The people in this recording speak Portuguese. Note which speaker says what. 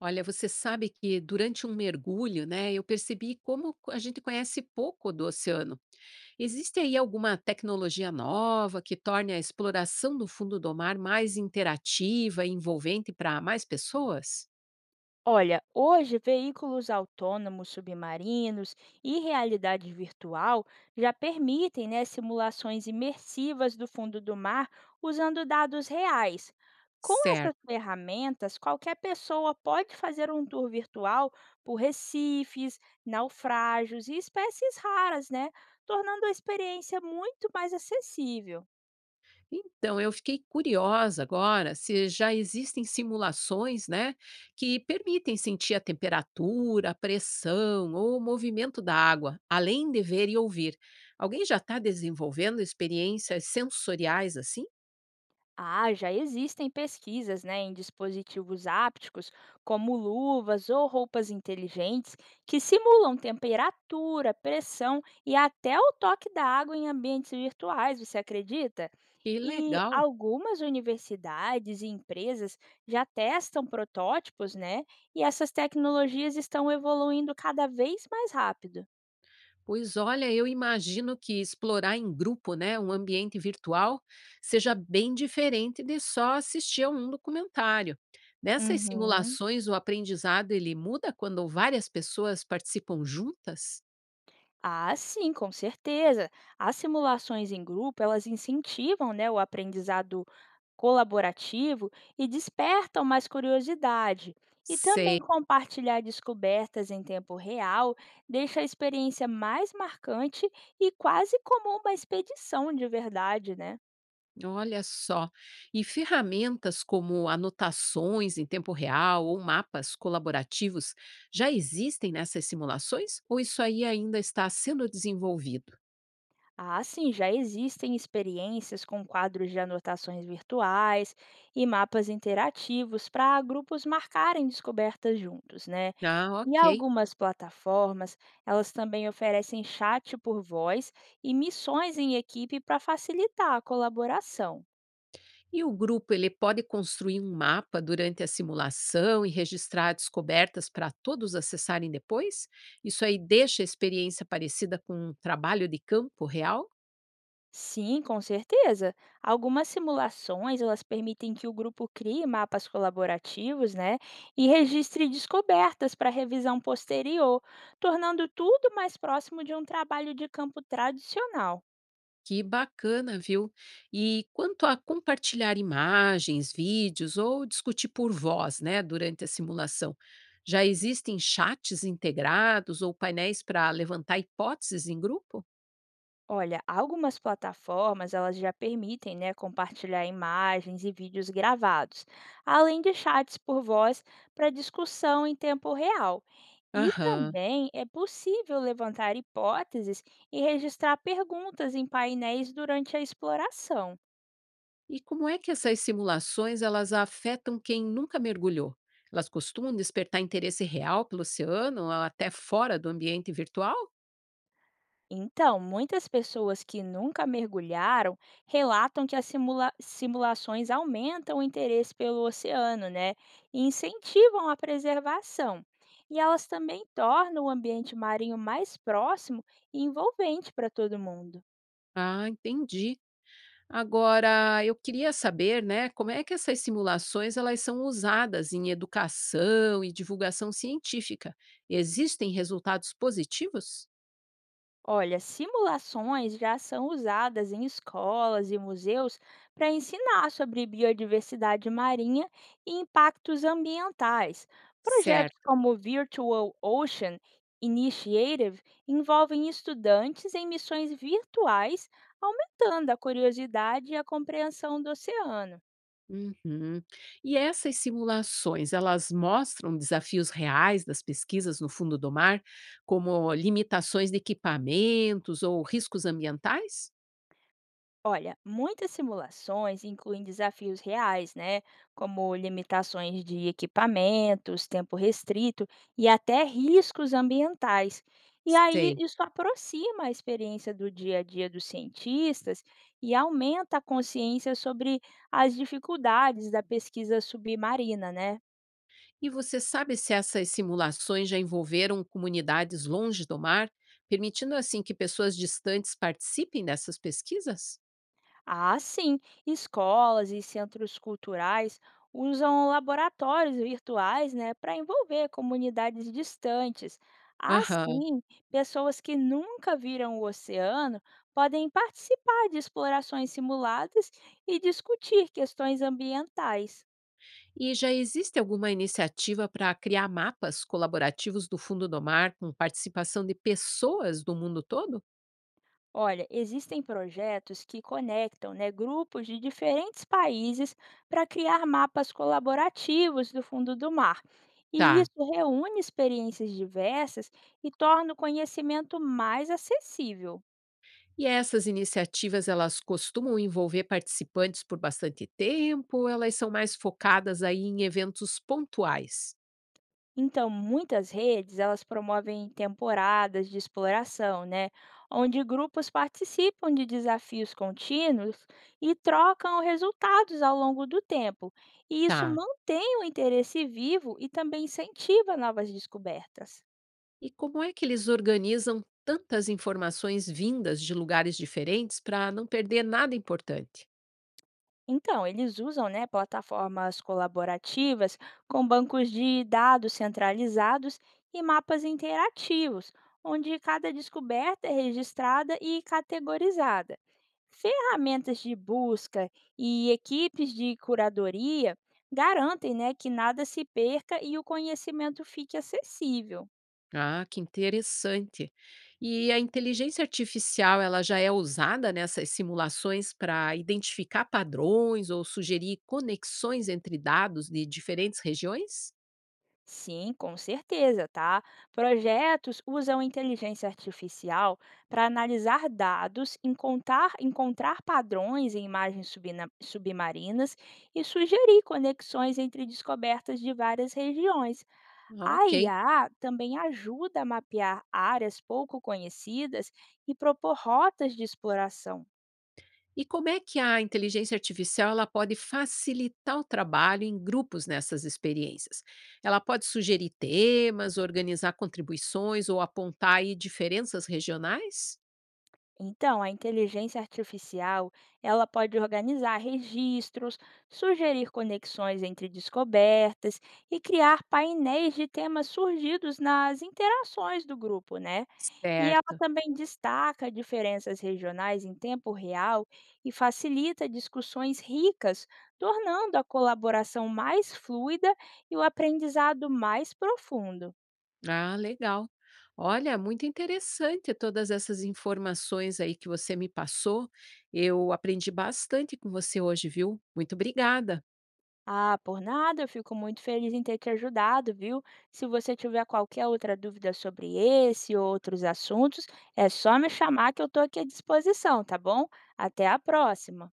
Speaker 1: Olha, você sabe que durante um mergulho, né, eu percebi como a gente conhece pouco do oceano. Existe aí alguma tecnologia nova que torne a exploração do fundo do mar mais interativa e envolvente para mais pessoas?
Speaker 2: Olha, hoje veículos autônomos submarinos e realidade virtual já permitem, né, simulações imersivas do fundo do mar usando dados reais. Com essas
Speaker 1: Certo.
Speaker 2: ferramentas, qualquer pessoa pode fazer um tour virtual por recifes, naufrágios e espécies raras, né? Tornando a experiência muito mais acessível.
Speaker 1: Então, eu fiquei curiosa agora se já existem simulações, né, que permitem sentir a temperatura, a pressão ou o movimento da água, além de ver e ouvir. Alguém já está desenvolvendo experiências sensoriais assim?
Speaker 2: Ah, já existem pesquisas, né, em dispositivos ápticos, como luvas ou roupas inteligentes, que simulam temperatura, pressão e até o toque da água em ambientes virtuais, você acredita?
Speaker 1: Que
Speaker 2: E
Speaker 1: legal!
Speaker 2: algumas universidades e empresas já testam protótipos, né? E essas tecnologias estão evoluindo cada vez mais rápido.
Speaker 1: Pois olha, eu imagino que explorar em grupo, né, um ambiente virtual, seja bem diferente de só assistir a um documentário. Nessas
Speaker 2: Uhum.
Speaker 1: simulações, o aprendizado ele muda quando várias pessoas participam juntas?
Speaker 2: Ah, sim, com certeza. As simulações em grupo, elas incentivam, né, o aprendizado colaborativo e despertam mais curiosidade. E
Speaker 1: Sei,
Speaker 2: também compartilhar descobertas em tempo real deixa a experiência mais marcante e quase como uma expedição de verdade, né?
Speaker 1: olha só. E ferramentas como anotações em tempo real ou mapas colaborativos já existem nessas simulações ou isso aí ainda está sendo desenvolvido?
Speaker 2: Ah, sim, já existem experiências com quadros de anotações virtuais e mapas interativos para grupos marcarem descobertas juntos, né?
Speaker 1: Ah,
Speaker 2: E
Speaker 1: ok.
Speaker 2: algumas plataformas, elas também oferecem chat por voz e missões em equipe para facilitar a colaboração.
Speaker 1: E o grupo ele pode construir um mapa durante a simulação e registrar descobertas para todos acessarem depois? Isso aí deixa a experiência parecida com um trabalho de campo real?
Speaker 2: Sim, com certeza. Algumas simulações, elas permitem que o grupo crie mapas colaborativos, né, e registre descobertas para revisão posterior, tornando tudo mais próximo de um trabalho de campo tradicional.
Speaker 1: Que bacana, viu? E quanto a compartilhar imagens, vídeos ou discutir por voz, né, durante a simulação, já existem chats integrados ou painéis para levantar hipóteses em grupo?
Speaker 2: Olha, algumas plataformas, elas já permitem, né, compartilhar imagens e vídeos gravados, além de chats por voz para discussão em tempo real. E
Speaker 1: Aham.
Speaker 2: também é possível levantar hipóteses e registrar perguntas em painéis durante a exploração.
Speaker 1: E como é que essas simulações elas afetam quem nunca mergulhou? Elas costumam despertar interesse real pelo oceano, ou até fora do ambiente virtual?
Speaker 2: Então, muitas pessoas que nunca mergulharam relatam que as simulações aumentam o interesse pelo oceano, né? E incentivam a preservação. E elas também tornam o ambiente marinho mais próximo e envolvente para todo mundo.
Speaker 1: Ah, entendi. Agora, eu queria saber, né, como é que essas simulações elas são usadas em educação e divulgação científica? Existem resultados positivos?
Speaker 2: Olha, simulações já são usadas em escolas e museus para ensinar sobre biodiversidade marinha e impactos ambientais. Projetos
Speaker 1: Certo.
Speaker 2: como o Virtual Ocean Initiative envolvem estudantes em missões virtuais, aumentando a curiosidade e a compreensão do oceano.
Speaker 1: Uhum. E essas simulações, elas mostram desafios reais das pesquisas no fundo do mar, como limitações de equipamentos ou riscos ambientais?
Speaker 2: Olha, muitas simulações incluem desafios reais, né? Como limitações de equipamentos, tempo restrito e até riscos ambientais. E aí
Speaker 1: Sei.
Speaker 2: isso aproxima a experiência do dia a dia dos cientistas e aumenta a consciência sobre as dificuldades da pesquisa submarina, né?
Speaker 1: E você sabe se essas simulações já envolveram comunidades longe do mar, permitindo assim que pessoas distantes participem dessas pesquisas?
Speaker 2: Ah, sim. Escolas e centros culturais usam laboratórios virtuais, né, para envolver comunidades distantes.
Speaker 1: Aham.
Speaker 2: Assim, pessoas que nunca viram o oceano podem participar de explorações simuladas e discutir questões ambientais.
Speaker 1: E já existe alguma iniciativa para criar mapas colaborativos do fundo do mar com participação de pessoas do mundo todo?
Speaker 2: Olha, existem projetos que conectam, né, grupos de diferentes países para criar mapas colaborativos do fundo do mar. E
Speaker 1: Tá.
Speaker 2: isso reúne experiências diversas e torna o conhecimento mais acessível.
Speaker 1: E essas iniciativas, elas costumam envolver participantes por bastante tempo, ou elas são mais focadas aí em eventos pontuais?
Speaker 2: Então, muitas redes, elas promovem temporadas de exploração, né, onde grupos participam de desafios contínuos e trocam resultados ao longo do tempo. E isso
Speaker 1: Tá.
Speaker 2: mantém o interesse vivo e também incentiva novas descobertas.
Speaker 1: E como é que eles organizam tantas informações vindas de lugares diferentes para não perder nada importante?
Speaker 2: Então, eles usam, né, plataformas colaborativas com bancos de dados centralizados e mapas interativos, onde cada descoberta é registrada e categorizada. Ferramentas de busca e equipes de curadoria garantem, né, que nada se perca e o conhecimento fique acessível.
Speaker 1: Ah, que interessante. E a inteligência artificial, ela já é usada nessas simulações para identificar padrões ou sugerir conexões entre dados de diferentes regiões?
Speaker 2: Sim, com certeza, tá? Projetos usam inteligência artificial para analisar dados, encontrar padrões em imagens submarinas e sugerir conexões entre descobertas de várias regiões. A
Speaker 1: Ok.
Speaker 2: IA também ajuda a mapear áreas pouco conhecidas e propor rotas de exploração.
Speaker 1: E como é que a inteligência artificial ela pode facilitar o trabalho em grupos nessas experiências? Ela pode sugerir temas, organizar contribuições ou apontar aí diferenças regionais?
Speaker 2: Então, a inteligência artificial, ela pode organizar registros, sugerir conexões entre descobertas e criar painéis de temas surgidos nas interações do grupo, né? E ela
Speaker 1: Certo.
Speaker 2: também destaca diferenças regionais em tempo real e facilita discussões ricas, tornando a colaboração mais fluida e o aprendizado mais profundo.
Speaker 1: Ah, legal. Olha, muito interessante todas essas informações aí que você me passou. Eu aprendi bastante com você hoje, viu? Muito obrigada.
Speaker 2: Ah, por nada, eu fico muito feliz em ter te ajudado, viu? Se você tiver qualquer outra dúvida sobre esse ou outros assuntos, é só me chamar que eu estou aqui à disposição, tá bom? Até a próxima!